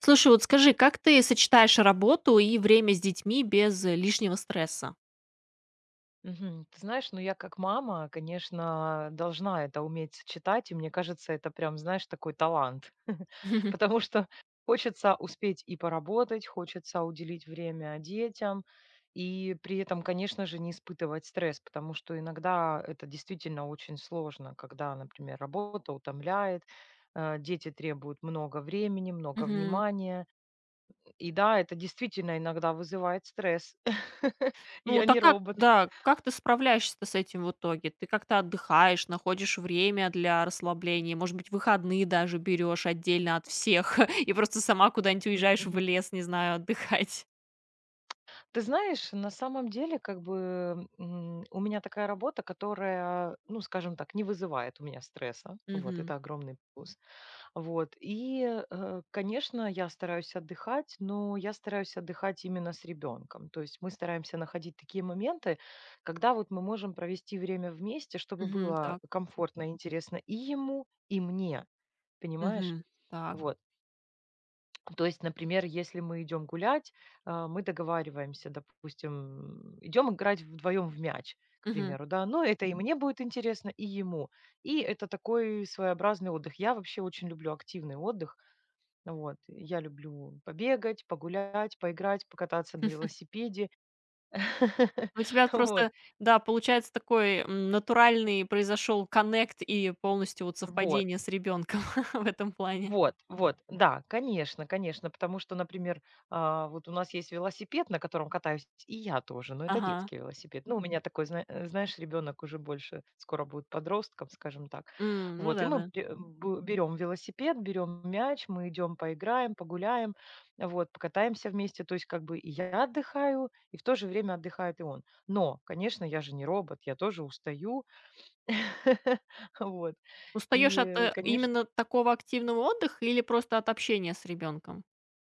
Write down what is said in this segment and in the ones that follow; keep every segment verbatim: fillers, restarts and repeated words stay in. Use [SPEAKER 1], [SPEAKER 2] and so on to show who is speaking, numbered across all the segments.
[SPEAKER 1] Слушай, вот скажи, как ты сочетаешь работу и время с детьми без э, лишнего стресса?
[SPEAKER 2] Мгм. Ты знаешь, ну я как мама, конечно, должна это уметь сочетать, и мне кажется, это прям, знаешь, такой талант. Потому что хочется успеть и поработать, хочется уделить время детям, и при этом, конечно же, не испытывать стресс, потому что иногда это действительно очень сложно, когда, например, работа утомляет, э, дети требуют много времени, много
[SPEAKER 1] Мгм.
[SPEAKER 2] внимания. И да, это действительно иногда вызывает стресс.
[SPEAKER 1] Ну,
[SPEAKER 2] Я
[SPEAKER 1] так
[SPEAKER 2] не
[SPEAKER 1] как,
[SPEAKER 2] робот.
[SPEAKER 1] да, как ты справляешься-то с этим в итоге? Ты как-то отдыхаешь, находишь время для расслабления, может быть, выходные даже берешь отдельно от всех и просто сама куда-нибудь уезжаешь в лес, не знаю, отдыхать.
[SPEAKER 2] Ты знаешь, на самом деле, как бы м, у меня такая работа, которая, ну, скажем так, не вызывает у меня стресса. Вот,
[SPEAKER 1] Мгм.
[SPEAKER 2] это огромный плюс. Вот. И, э, конечно, я стараюсь отдыхать, но я стараюсь отдыхать именно с ребенком. То есть мы стараемся находить такие моменты, когда вот мы можем провести время вместе, чтобы
[SPEAKER 1] Мгм.
[SPEAKER 2] было
[SPEAKER 1] Так.
[SPEAKER 2] комфортно и интересно и ему, и мне. Понимаешь?
[SPEAKER 1] Мгм. Так.
[SPEAKER 2] Вот. Ну, то есть, например, если мы идем гулять, а, мы договариваемся, допустим, идем играть вдвоем в мяч, к
[SPEAKER 1] Мгм.
[SPEAKER 2] примеру, да, но это и мне будет интересно, и ему. И это такой своеобразный отдых. Я вообще очень люблю активный отдых. Вот. Я люблю побегать, погулять, поиграть, покататься на велосипеде.
[SPEAKER 1] Ну, у тебя
[SPEAKER 2] Вот.
[SPEAKER 1] просто, да, получается такой, м, натуральный произошел коннект и полностью вот
[SPEAKER 2] Вот.
[SPEAKER 1] совпадение с ребенком в этом плане.
[SPEAKER 2] Вот, вот, да, конечно, конечно, потому что, например, а, вот у нас есть велосипед, на котором катаюсь и я тоже, но это
[SPEAKER 1] Ага.
[SPEAKER 2] детский велосипед. Ну, у меня такой, зна- э, знаешь, ребенок уже больше скоро будет подростком, скажем так.
[SPEAKER 1] М, ну
[SPEAKER 2] Вот, и
[SPEAKER 1] да,
[SPEAKER 2] мы
[SPEAKER 1] да.
[SPEAKER 2] бе- бу- берем велосипед, берем мяч, мы идем поиграем, погуляем, вот, покатаемся вместе. То есть, как бы и я отдыхаю, и в то же время отдыхает и он. Но, конечно, я же не робот, я тоже устаю. Вот.
[SPEAKER 1] Устаешь от,
[SPEAKER 2] И,
[SPEAKER 1] э,
[SPEAKER 2] конечно,
[SPEAKER 1] именно такого активного отдыха или просто от общения с ребенком?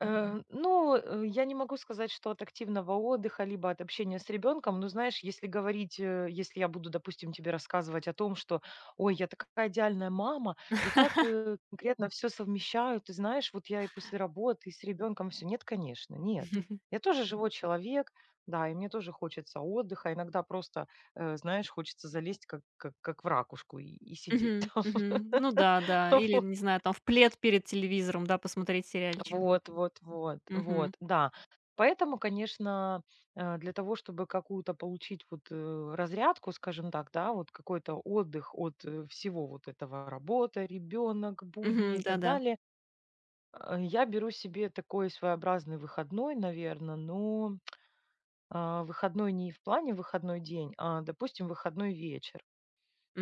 [SPEAKER 2] Э, ну, э, я не могу сказать, что от активного отдыха, либо от общения с ребенком. Но знаешь, если говорить, э, если я буду, допустим, тебе рассказывать о том, что, ой, я такая идеальная мама, я так э, конкретно все совмещаю, ты знаешь, вот я и после работы, и с ребенком все. Нет, конечно, нет. Я тоже живой человек, да, и мне тоже хочется отдыха. Иногда просто, э, знаешь, хочется залезть как, как, как в ракушку и, и сидеть
[SPEAKER 1] Мгм,
[SPEAKER 2] там.
[SPEAKER 1] мгм. Ну да, да. Или,
[SPEAKER 2] Вот.
[SPEAKER 1] не знаю, там в плед перед телевизором, да, посмотреть сериальчик.
[SPEAKER 2] Вот, вот, вот,
[SPEAKER 1] Мгм,
[SPEAKER 2] вот, да. Поэтому, конечно, э, для того, чтобы какую-то получить вот э, разрядку, скажем так, да, вот какой-то отдых от э, всего вот этого работа, ребенок, будни
[SPEAKER 1] мгм,
[SPEAKER 2] и так
[SPEAKER 1] да-да.
[SPEAKER 2] далее, э, я беру себе такой своеобразный выходной, наверное, но а, выходной не в плане выходной день, а, допустим, выходной вечер.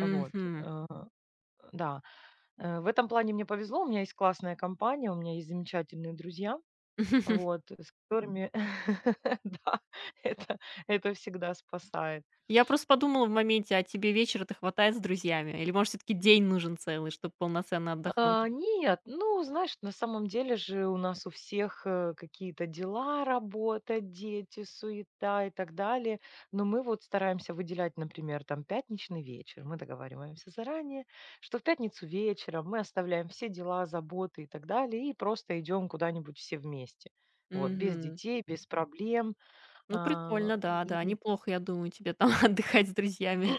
[SPEAKER 2] Вот, э, да. Э, В этом плане мне повезло, у меня есть классная компания, у меня есть замечательные друзья, вот, с которыми да, это это всегда спасает.
[SPEAKER 1] Я просто подумала в моменте, а тебе вечера-то хватает с друзьями? Или, может, все таки день нужен целый, чтобы полноценно отдохнуть?
[SPEAKER 2] А, нет, ну, знаешь, на самом деле же у нас у всех, э, какие-то дела, работа, дети, суета и так далее. Но мы вот стараемся выделять, например, там пятничный вечер. Мы договариваемся заранее, что в пятницу вечером мы оставляем все дела, заботы и так далее и просто идем куда-нибудь все вместе. Вот, без
[SPEAKER 1] Мгм.
[SPEAKER 2] детей, без проблем.
[SPEAKER 1] Ну,
[SPEAKER 2] А,
[SPEAKER 1] прикольно, да, да.
[SPEAKER 2] и
[SPEAKER 1] Неплохо, я думаю, тебе там отдыхать с друзьями.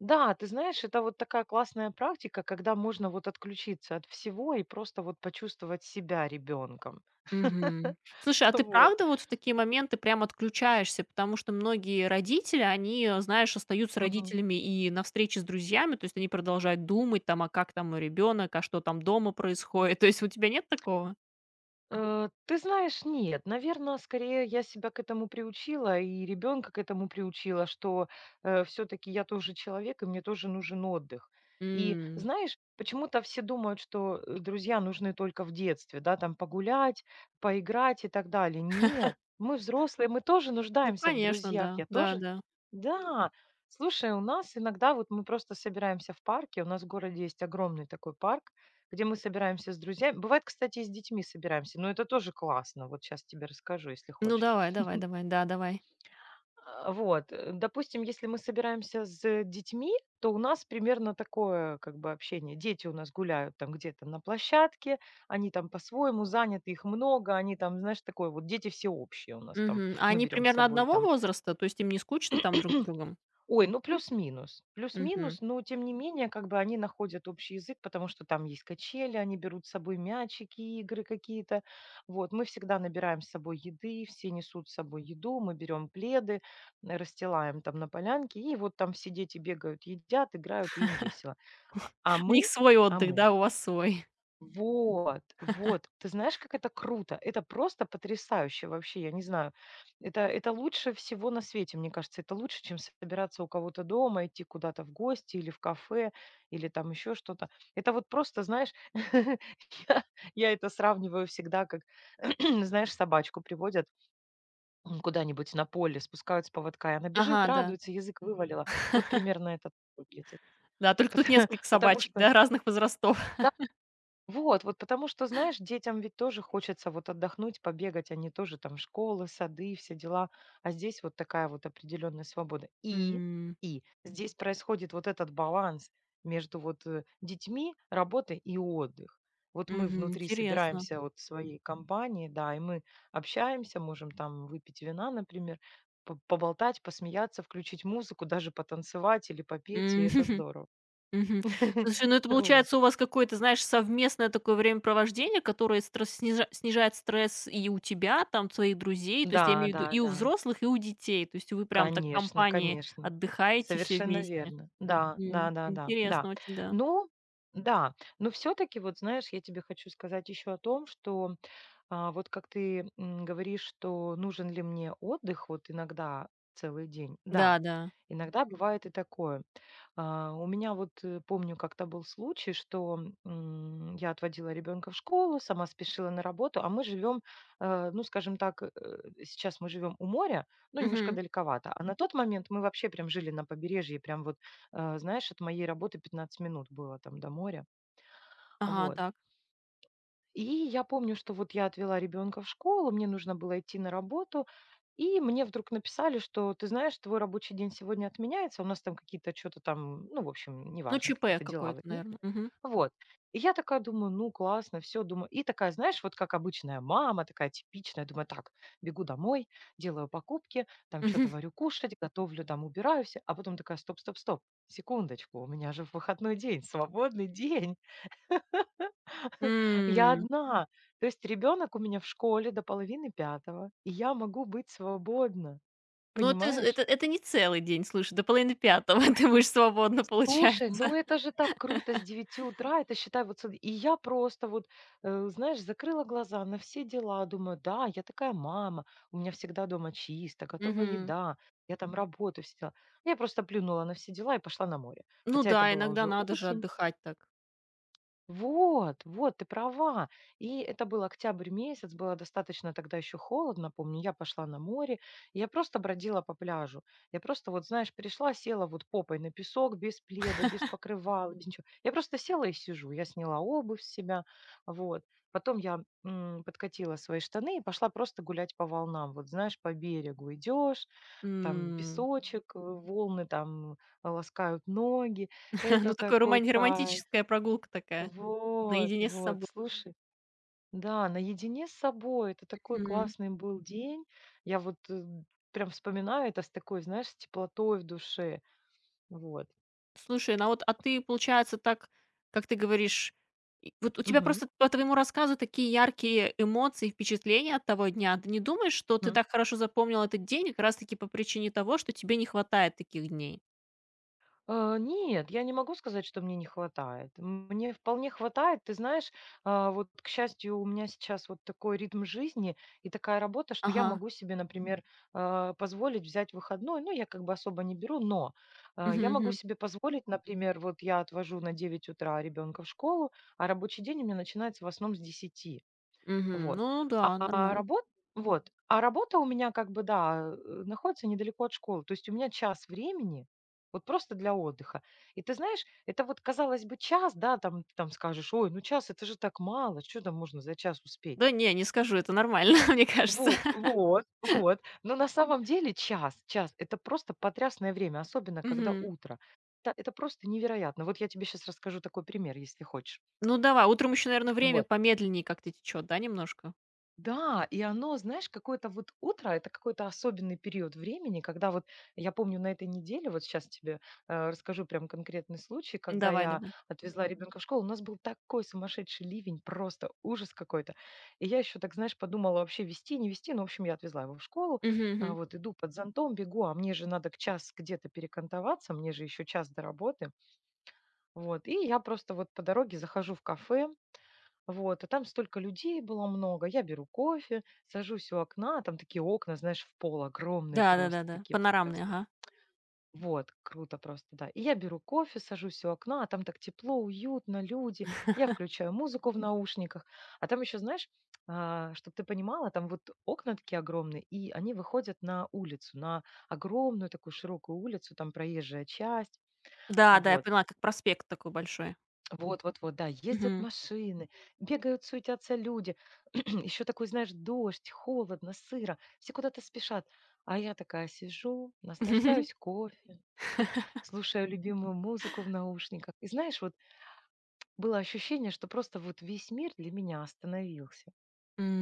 [SPEAKER 2] Да, ты знаешь, это вот такая классная практика, когда можно вот отключиться от всего и просто вот почувствовать себя ребенком.
[SPEAKER 1] Мгм. Слушай, а ты
[SPEAKER 2] Вот.
[SPEAKER 1] правда вот в такие моменты прям отключаешься? Потому что многие родители, они, э, знаешь, остаются
[SPEAKER 2] Мгм.
[SPEAKER 1] родителями и на встрече с друзьями, то есть они продолжают думать там, а как там мой ребенок, а что там дома происходит. То есть у тебя нет такого?
[SPEAKER 2] Э, ты знаешь, нет, наверное, скорее я себя к этому приучила и ребенка к этому приучила, что все-таки я тоже человек, и мне тоже нужен отдых. И
[SPEAKER 1] М.
[SPEAKER 2] знаешь, почему-то все думают, что э, друзья нужны только в детстве, да, там погулять, поиграть и так далее. Нет, мы взрослые, мы тоже
[SPEAKER 1] Ну,
[SPEAKER 2] нуждаемся в
[SPEAKER 1] конечно,
[SPEAKER 2] друзьях,
[SPEAKER 1] да.
[SPEAKER 2] я
[SPEAKER 1] Да,
[SPEAKER 2] тоже.
[SPEAKER 1] да.
[SPEAKER 2] Да, слушай, у нас иногда вот мы просто собираемся в парке, у нас в городе есть огромный такой парк, где мы собираемся с друзьями. Бывает, кстати, и с детьми собираемся, но это тоже классно. Вот сейчас тебе расскажу, если
[SPEAKER 1] Ну,
[SPEAKER 2] хочешь.
[SPEAKER 1] давай, давай, давай. Да, давай.
[SPEAKER 2] А, Вот, э, допустим, если мы собираемся с детьми, то у нас примерно такое как бы общение. Дети у нас гуляют там где-то на площадке, они там по-своему заняты, их много, они там, знаешь, такое вот дети все общие у нас там.
[SPEAKER 1] Мгм. А
[SPEAKER 2] Мы
[SPEAKER 1] они
[SPEAKER 2] берем с
[SPEAKER 1] примерно
[SPEAKER 2] собой
[SPEAKER 1] одного
[SPEAKER 2] там
[SPEAKER 1] возраста? То есть им не скучно там друг с другом?
[SPEAKER 2] Ой, ну, плюс-минус.
[SPEAKER 1] Мгм.
[SPEAKER 2] Плюс-минус, но тем не менее, как бы они находят общий язык, потому что там есть качели, они берут с собой мячики, игры какие-то. Вот, мы всегда набираем с собой еды, все несут с собой еду, мы берем пледы, э, расстилаем там на полянке, и вот там все дети бегают, едят, играют, и им весело. А а
[SPEAKER 1] У
[SPEAKER 2] мы,
[SPEAKER 1] них свой
[SPEAKER 2] а
[SPEAKER 1] отдых,
[SPEAKER 2] мы
[SPEAKER 1] да, у вас свой.
[SPEAKER 2] вот, вот. Ты знаешь, как это круто? Это просто потрясающе вообще, я не знаю. Это, это лучше всего на свете, мне кажется. Это лучше, чем собираться у кого-то дома, идти куда-то в гости или в кафе, или там еще что-то. Это вот просто, знаешь, я, я это сравниваю всегда, как, знаешь, собачку приводят м, куда-нибудь на поле, спускают с поводка, и она бежит,
[SPEAKER 1] Ага, да.
[SPEAKER 2] радуется, язык вывалила. Вот примерно это выглядит.
[SPEAKER 1] Да, только тут
[SPEAKER 2] Потому,
[SPEAKER 1] несколько
[SPEAKER 2] потому
[SPEAKER 1] собачек,
[SPEAKER 2] что,
[SPEAKER 1] да, разных возрастов.
[SPEAKER 2] вот, вот потому что, знаешь, детям ведь тоже хочется вот отдохнуть, побегать, они тоже там школы, сады, все дела, а здесь вот такая вот определенная свобода. И,
[SPEAKER 1] М,
[SPEAKER 2] и здесь происходит вот этот баланс между вот э, детьми, работой и отдых. Вот мы
[SPEAKER 1] мгм,
[SPEAKER 2] внутри
[SPEAKER 1] интересно.
[SPEAKER 2] собираемся вот своей компании, да, и мы общаемся, можем там выпить вина, например, по- поболтать, посмеяться, включить музыку, даже потанцевать или попеть, и
[SPEAKER 1] М,
[SPEAKER 2] это здорово.
[SPEAKER 1] мгм. Слушай, ну это
[SPEAKER 2] Вот.
[SPEAKER 1] получается у вас какое-то, знаешь, совместное такое времяпровождение, которое стресс снижа снижает стресс и у тебя, там, своих друзей, то
[SPEAKER 2] Да,
[SPEAKER 1] есть я имею в
[SPEAKER 2] да,
[SPEAKER 1] виду и у
[SPEAKER 2] да.
[SPEAKER 1] взрослых, и у детей. То есть вы прям так
[SPEAKER 2] Конечно,
[SPEAKER 1] компанией
[SPEAKER 2] конечно.
[SPEAKER 1] отдыхаете все
[SPEAKER 2] Совершенно
[SPEAKER 1] вместе.
[SPEAKER 2] верно. Да, да,
[SPEAKER 1] М,
[SPEAKER 2] да, да, да.
[SPEAKER 1] интересно очень, да.
[SPEAKER 2] Ну, да, но все-таки, вот знаешь, я тебе хочу сказать еще о том, что а, вот как ты м, говоришь, что нужен ли мне отдых вот иногда целый день. Да,
[SPEAKER 1] Да, да.
[SPEAKER 2] иногда бывает и такое. А, у меня вот э, помню, как-то был случай, что м, я отводила ребенка в школу, сама спешила на работу, а мы живем, э, ну, скажем так, э, сейчас мы живем у моря, ну, немножко
[SPEAKER 1] Мгм.
[SPEAKER 2] далековато. А на тот момент мы вообще прям жили на побережье, прям вот, э, знаешь, от моей работы 15 минут было там до моря.
[SPEAKER 1] Ага,
[SPEAKER 2] Вот.
[SPEAKER 1] так.
[SPEAKER 2] И я помню, что вот я отвела ребенка в школу, мне нужно было идти на работу, и мне вдруг написали, что ты знаешь, твой рабочий день сегодня отменяется, у нас там какие-то что-то там, ну, в общем,
[SPEAKER 1] Ну,
[SPEAKER 2] неважно,
[SPEAKER 1] ЧП
[SPEAKER 2] какие-то дела
[SPEAKER 1] какое-то,
[SPEAKER 2] возникли.
[SPEAKER 1] наверное. Мгм.
[SPEAKER 2] Вот. И я такая думаю, ну, классно, все, думаю. И такая, знаешь, вот как обычная мама, такая типичная, думаю, так, бегу домой, делаю покупки, там что-то варю кушать, готовлю, там убираю все, а потом такая, стоп, стоп, стоп, секундочку, у меня же выходной день, свободный день.
[SPEAKER 1] Мгм.
[SPEAKER 2] Я
[SPEAKER 1] М.
[SPEAKER 2] одна. То есть ребенок у меня в школе до половины пятого, и я могу быть свободна,
[SPEAKER 1] Ну, это
[SPEAKER 2] понимаешь?
[SPEAKER 1] это это не целый день, слушай, до половины пятого ты будешь свободно получается.
[SPEAKER 2] Слушай, ну это же так круто с девяти утра, это считай вот, с- и я просто вот, э, знаешь, закрыла глаза на все дела, думаю, да, я такая мама, у меня всегда дома чисто, готова
[SPEAKER 1] Мгм.
[SPEAKER 2] еда, я там работаю, все дела. Я просто плюнула на все дела и пошла на море,
[SPEAKER 1] Ну
[SPEAKER 2] хотя это
[SPEAKER 1] да,
[SPEAKER 2] была
[SPEAKER 1] иногда
[SPEAKER 2] уже
[SPEAKER 1] надо же
[SPEAKER 2] осень.
[SPEAKER 1] отдыхать так.
[SPEAKER 2] Вот, вот, ты права. И это был октябрь месяц, было достаточно тогда еще холодно, помню, я пошла на море, и я просто бродила по пляжу. Я просто вот, знаешь, пришла, села вот попой на песок, без пледа, без покрывала, без ничего. Я просто села и сижу, я сняла обувь с себя, вот. Потом я м, подкатила свои штаны и пошла просто гулять по волнам. Вот, знаешь, по берегу идешь, там
[SPEAKER 1] М.
[SPEAKER 2] песочек, э, волны там ласкают ноги. Это
[SPEAKER 1] Ну, такая
[SPEAKER 2] такой
[SPEAKER 1] роман
[SPEAKER 2] кайф.
[SPEAKER 1] романтическая прогулка такая,
[SPEAKER 2] Вот,
[SPEAKER 1] наедине с
[SPEAKER 2] вот,
[SPEAKER 1] собой.
[SPEAKER 2] слушай, да, наедине с собой. Это такой классный был день. Я вот, э, прям вспоминаю это с такой, знаешь, с теплотой в душе. Вот.
[SPEAKER 1] Слушай, ну а вот, а ты, получается, так, как ты говоришь, и вот у тебя
[SPEAKER 2] Мгм.
[SPEAKER 1] просто по твоему рассказу такие яркие эмоции, впечатления от того дня. Ты не думаешь, что ты
[SPEAKER 2] Мгм.
[SPEAKER 1] так хорошо запомнил этот день как раз-таки по причине того, что тебе не хватает таких дней?
[SPEAKER 2] Э, нет, я не могу сказать, что мне не хватает. Мне вполне хватает. Ты знаешь, а, вот, к счастью, у меня сейчас вот такой ритм жизни и такая работа, что я
[SPEAKER 1] Ага.
[SPEAKER 2] могу себе, например, а, позволить взять выходной. Ну, я как бы особо не беру, но а,
[SPEAKER 1] Мгм,
[SPEAKER 2] я могу
[SPEAKER 1] мгм.
[SPEAKER 2] себе позволить, например, вот я отвожу на девять утра ребенка в школу, а рабочий день у меня начинается в основном с десяти.
[SPEAKER 1] Мгм.
[SPEAKER 2] Вот.
[SPEAKER 1] Ну
[SPEAKER 2] А
[SPEAKER 1] да,
[SPEAKER 2] а
[SPEAKER 1] нормально.
[SPEAKER 2] работа вот, а работа у меня как бы, да, э, находится недалеко от школы. То есть у меня час времени вот просто для отдыха. И ты знаешь, это вот, казалось бы, час, да, там ты там скажешь: "Ой, ну час- это же так мало, что там можно за час успеть?"
[SPEAKER 1] Да не, не скажу, это нормально, мне кажется.
[SPEAKER 2] Во вот, вот. Но на самом деле час час- это просто потрясное время, особенно когда
[SPEAKER 1] Мгм.
[SPEAKER 2] утро. Это это просто невероятно. Вот я тебе сейчас расскажу такой пример, если хочешь.
[SPEAKER 1] Ну давай, утром еще, наверное, время
[SPEAKER 2] Вот.
[SPEAKER 1] помедленнее как-то течет, да, немножко?
[SPEAKER 2] Да, и оно, знаешь, какое-то вот утро, это какой-то особенный период времени, когда вот, я помню, на этой неделе, вот сейчас тебе э, расскажу прям конкретный случай, когда
[SPEAKER 1] Давай,
[SPEAKER 2] я
[SPEAKER 1] давай.
[SPEAKER 2] отвезла ребенка в школу, у нас был такой сумасшедший ливень, просто ужас какой-то. И я еще так, знаешь, подумала вообще вести, не вести, ну, в общем, я отвезла его в школу,
[SPEAKER 1] Мгм,
[SPEAKER 2] а,
[SPEAKER 1] мгм.
[SPEAKER 2] вот иду под зонтом, бегу, а мне же надо к час где-то перекантоваться, мне же еще час до работы, вот. И я просто вот по дороге захожу в кафе, вот, а там столько людей было много. Я беру кофе, сажусь у окна, там такие окна, знаешь, в пол огромные просто,
[SPEAKER 1] Да-да-да-да,
[SPEAKER 2] такие
[SPEAKER 1] панорамный,
[SPEAKER 2] прекрасные.
[SPEAKER 1] ага.
[SPEAKER 2] Вот, круто просто, да. И я беру кофе, сажусь у окна, а там так тепло, уютно, люди. Я включаю музыку в наушниках. А там еще, знаешь, чтобы ты понимала, там вот окна такие огромные, и они выходят на улицу, на огромную такую широкую улицу, там проезжая часть.
[SPEAKER 1] Да,
[SPEAKER 2] А
[SPEAKER 1] да, я
[SPEAKER 2] вот.
[SPEAKER 1] поняла, как проспект такой большой.
[SPEAKER 2] Вот, вот, вот, да, ездят
[SPEAKER 1] Мгм.
[SPEAKER 2] машины, бегают, суетятся люди. Еще такой, знаешь, дождь, холодно, сыро, все куда-то спешат. А я такая сижу, наслаждаюсь кофе, слушаю любимую музыку в наушниках. И знаешь, вот было ощущение, что просто вот весь мир для меня остановился.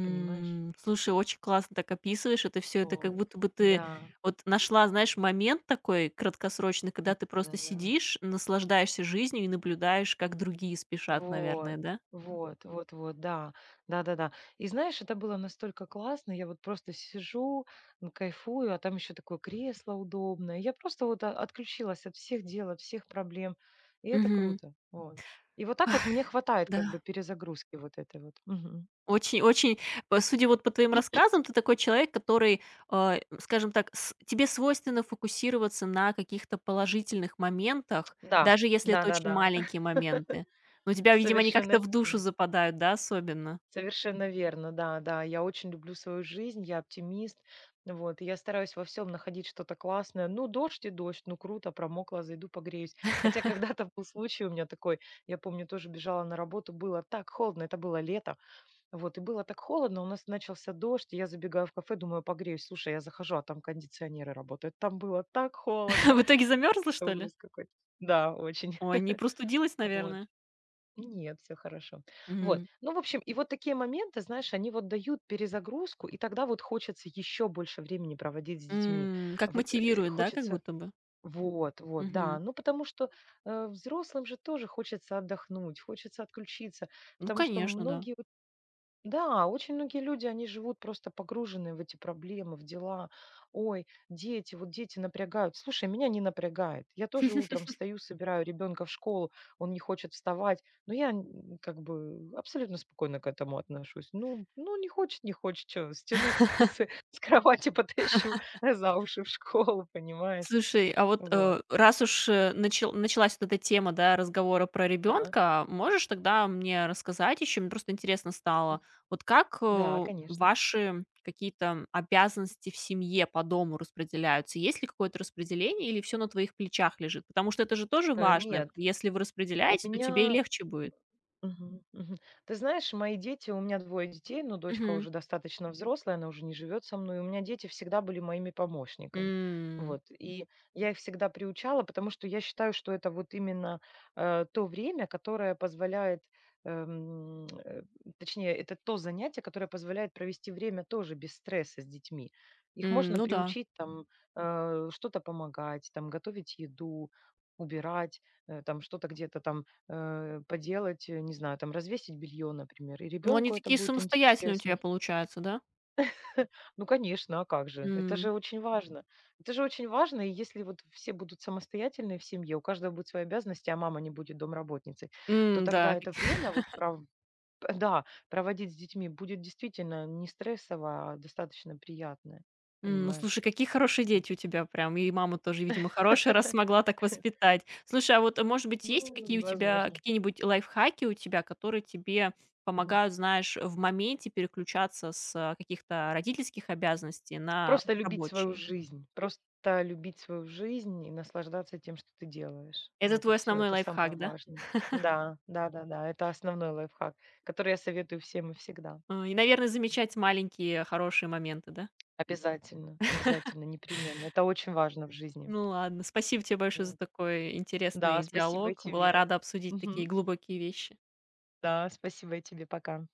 [SPEAKER 2] Понимаешь?
[SPEAKER 1] слушай, очень классно так описываешь это все. Это как
[SPEAKER 2] Вот.
[SPEAKER 1] будто бы ты
[SPEAKER 2] Да,
[SPEAKER 1] вот нашла, знаешь, момент такой краткосрочный, когда ты
[SPEAKER 2] да,
[SPEAKER 1] просто
[SPEAKER 2] да.
[SPEAKER 1] сидишь, наслаждаешься жизнью и наблюдаешь, как другие спешат,
[SPEAKER 2] Вот,
[SPEAKER 1] наверное, да?
[SPEAKER 2] вот, вот, вот, да, да-да-да. И знаешь, это было настолько классно, я вот просто сижу, м, кайфую, а там еще такое кресло удобное. Я просто вот о- отключилась от всех дел, от всех проблем, и это
[SPEAKER 1] Мгм.
[SPEAKER 2] круто, вот. И вот так вот мне хватает как бы
[SPEAKER 1] Да.
[SPEAKER 2] перезагрузки вот этой вот. Мгм.
[SPEAKER 1] Очень очень, по судя вот по твоим рассказам, ты такой человек, который, а, скажем так, с тебе свойственно фокусироваться на каких-то положительных моментах,
[SPEAKER 2] Да,
[SPEAKER 1] даже если это очень
[SPEAKER 2] да-да-да,
[SPEAKER 1] маленькие моменты. Но у тебя, видимо, они
[SPEAKER 2] совершенно
[SPEAKER 1] как-то в душу
[SPEAKER 2] верно.
[SPEAKER 1] западают, да, особенно?
[SPEAKER 2] Совершенно верно, да, да. Я очень люблю свою жизнь, я оптимист. Вот, и я стараюсь во всем находить что-то классное. Ну, дождь и дождь, ну круто, промокла, зайду погреюсь. Хотя когда-то был случай у меня такой, я помню, тоже бежала на работу, было так холодно, это было лето, вот, и было так холодно, у нас начался дождь, и я забегаю в кафе, думаю, погреюсь, слушай, я захожу, а там кондиционеры работают, там было так холодно,
[SPEAKER 1] В итоге замерзла, что ли?
[SPEAKER 2] ужас какой. Да, очень.
[SPEAKER 1] Ой, не простудилась,
[SPEAKER 2] Вот.
[SPEAKER 1] наверное?
[SPEAKER 2] Нет, все хорошо. Вот.
[SPEAKER 1] М,
[SPEAKER 2] Ну, в общем, и вот такие моменты, знаешь, они вот дают перезагрузку, и тогда вот хочется еще больше времени проводить с детьми.
[SPEAKER 1] м, как
[SPEAKER 2] Вот, э,
[SPEAKER 1] мотивирует, да, как
[SPEAKER 2] хочется
[SPEAKER 1] будто бы?
[SPEAKER 2] вот, вот, да.
[SPEAKER 1] Мгм.
[SPEAKER 2] Ну, потому что, э, взрослым же тоже хочется отдохнуть, хочется отключиться,
[SPEAKER 1] Ну,
[SPEAKER 2] потому что
[SPEAKER 1] конечно, да.
[SPEAKER 2] многие да, очень многие люди, они живут просто погруженные в эти проблемы, в дела. Ой, дети, вот дети напрягают. Слушай, меня не напрягает. Я тоже утром встаю, собираю ребенка в школу, он не хочет вставать. Но я н- как бы абсолютно спокойно к этому отношусь. Ну, ну не хочет, не хочет, что, стяну с, с- с кровати, потащу за уши в школу, понимаешь?
[SPEAKER 1] Слушай, а вот,
[SPEAKER 2] Вот,
[SPEAKER 1] э, раз уж, э, начал началась вот эта тема, да, разговора про
[SPEAKER 2] да.
[SPEAKER 1] ребенка, можешь тогда мне рассказать еще? Мне просто интересно стало, вот как,
[SPEAKER 2] Да,
[SPEAKER 1] э,
[SPEAKER 2] конечно.
[SPEAKER 1] ваши какие-то обязанности в семье по дому распределяются? Есть ли какое-то распределение или все на твоих плечах лежит? Потому что это же тоже
[SPEAKER 2] Э,
[SPEAKER 1] важно.
[SPEAKER 2] Нет,
[SPEAKER 1] Если вы
[SPEAKER 2] у
[SPEAKER 1] распределяете, то тебе и
[SPEAKER 2] меня
[SPEAKER 1] легче будет.
[SPEAKER 2] мгм, мгм. Ты знаешь, мои дети, у меня двое детей, но дочка
[SPEAKER 1] Мгм.
[SPEAKER 2] уже достаточно взрослая, она уже не живет со мной. И у меня дети всегда были моими помощниками.
[SPEAKER 1] М,
[SPEAKER 2] Вот. И я их всегда приучала, потому что я считаю, что это вот именно э, то время, которое позволяет, эм, э, точнее, это то занятие, которое позволяет провести время тоже без стресса с детьми. Их
[SPEAKER 1] м,
[SPEAKER 2] можно
[SPEAKER 1] ну да.
[SPEAKER 2] приучить там э, что-то помогать, там готовить еду, убирать, э, там что-то где-то там э, поделать, э, не знаю, там развесить белье, например, и
[SPEAKER 1] Ну, они
[SPEAKER 2] ребенку это
[SPEAKER 1] такие
[SPEAKER 2] будет
[SPEAKER 1] самостоятельные у
[SPEAKER 2] интересно.
[SPEAKER 1] тебя получаются, да?
[SPEAKER 2] Ну, конечно, а как же? Это
[SPEAKER 1] М,
[SPEAKER 2] же очень важно. Это же очень важно, и если вот все будут самостоятельные в семье, у каждого будет свои обязанности, а мама не будет домработницей, то
[SPEAKER 1] м,
[SPEAKER 2] тогда
[SPEAKER 1] да.
[SPEAKER 2] это время вот пров- да, проводить с детьми будет действительно не стрессово, а достаточно приятное,
[SPEAKER 1] М, ну,
[SPEAKER 2] понимаешь?
[SPEAKER 1] слушай, какие хорошие
[SPEAKER 2] Вот.
[SPEAKER 1] дети у тебя прям. И мама тоже, видимо, хорошая, раз смогла так воспитать. Слушай, а вот, э, может быть, есть
[SPEAKER 2] Ну,
[SPEAKER 1] какие у тебя
[SPEAKER 2] возможно.
[SPEAKER 1] какие-нибудь лайфхаки у тебя, которые тебе помогают, знаешь, в моменте переключаться с, э, каких-то родительских обязанностей на
[SPEAKER 2] Просто любить свою
[SPEAKER 1] рабочие?
[SPEAKER 2] жизнь. Просто любить свою жизнь и наслаждаться тем, что ты делаешь.
[SPEAKER 1] Это
[SPEAKER 2] Вот и
[SPEAKER 1] твой
[SPEAKER 2] все,
[SPEAKER 1] основной
[SPEAKER 2] это самое
[SPEAKER 1] лайфхак, да?
[SPEAKER 2] важное. Да, да-да-да, это основной лайфхак, который я советую всем и всегда.
[SPEAKER 1] А, и, наверное, замечать маленькие хорошие моменты, да?
[SPEAKER 2] Обязательно, обязательно, непременно. Это очень важно в жизни.
[SPEAKER 1] Ну ладно, спасибо тебе большое за
[SPEAKER 2] Вот.
[SPEAKER 1] такой
[SPEAKER 2] Да,
[SPEAKER 1] интересный
[SPEAKER 2] спасибо и
[SPEAKER 1] диалог. Была
[SPEAKER 2] тебе.
[SPEAKER 1] рада обсудить такие
[SPEAKER 2] Мгм.
[SPEAKER 1] глубокие вещи.
[SPEAKER 2] Да, спасибо и тебе. Пока.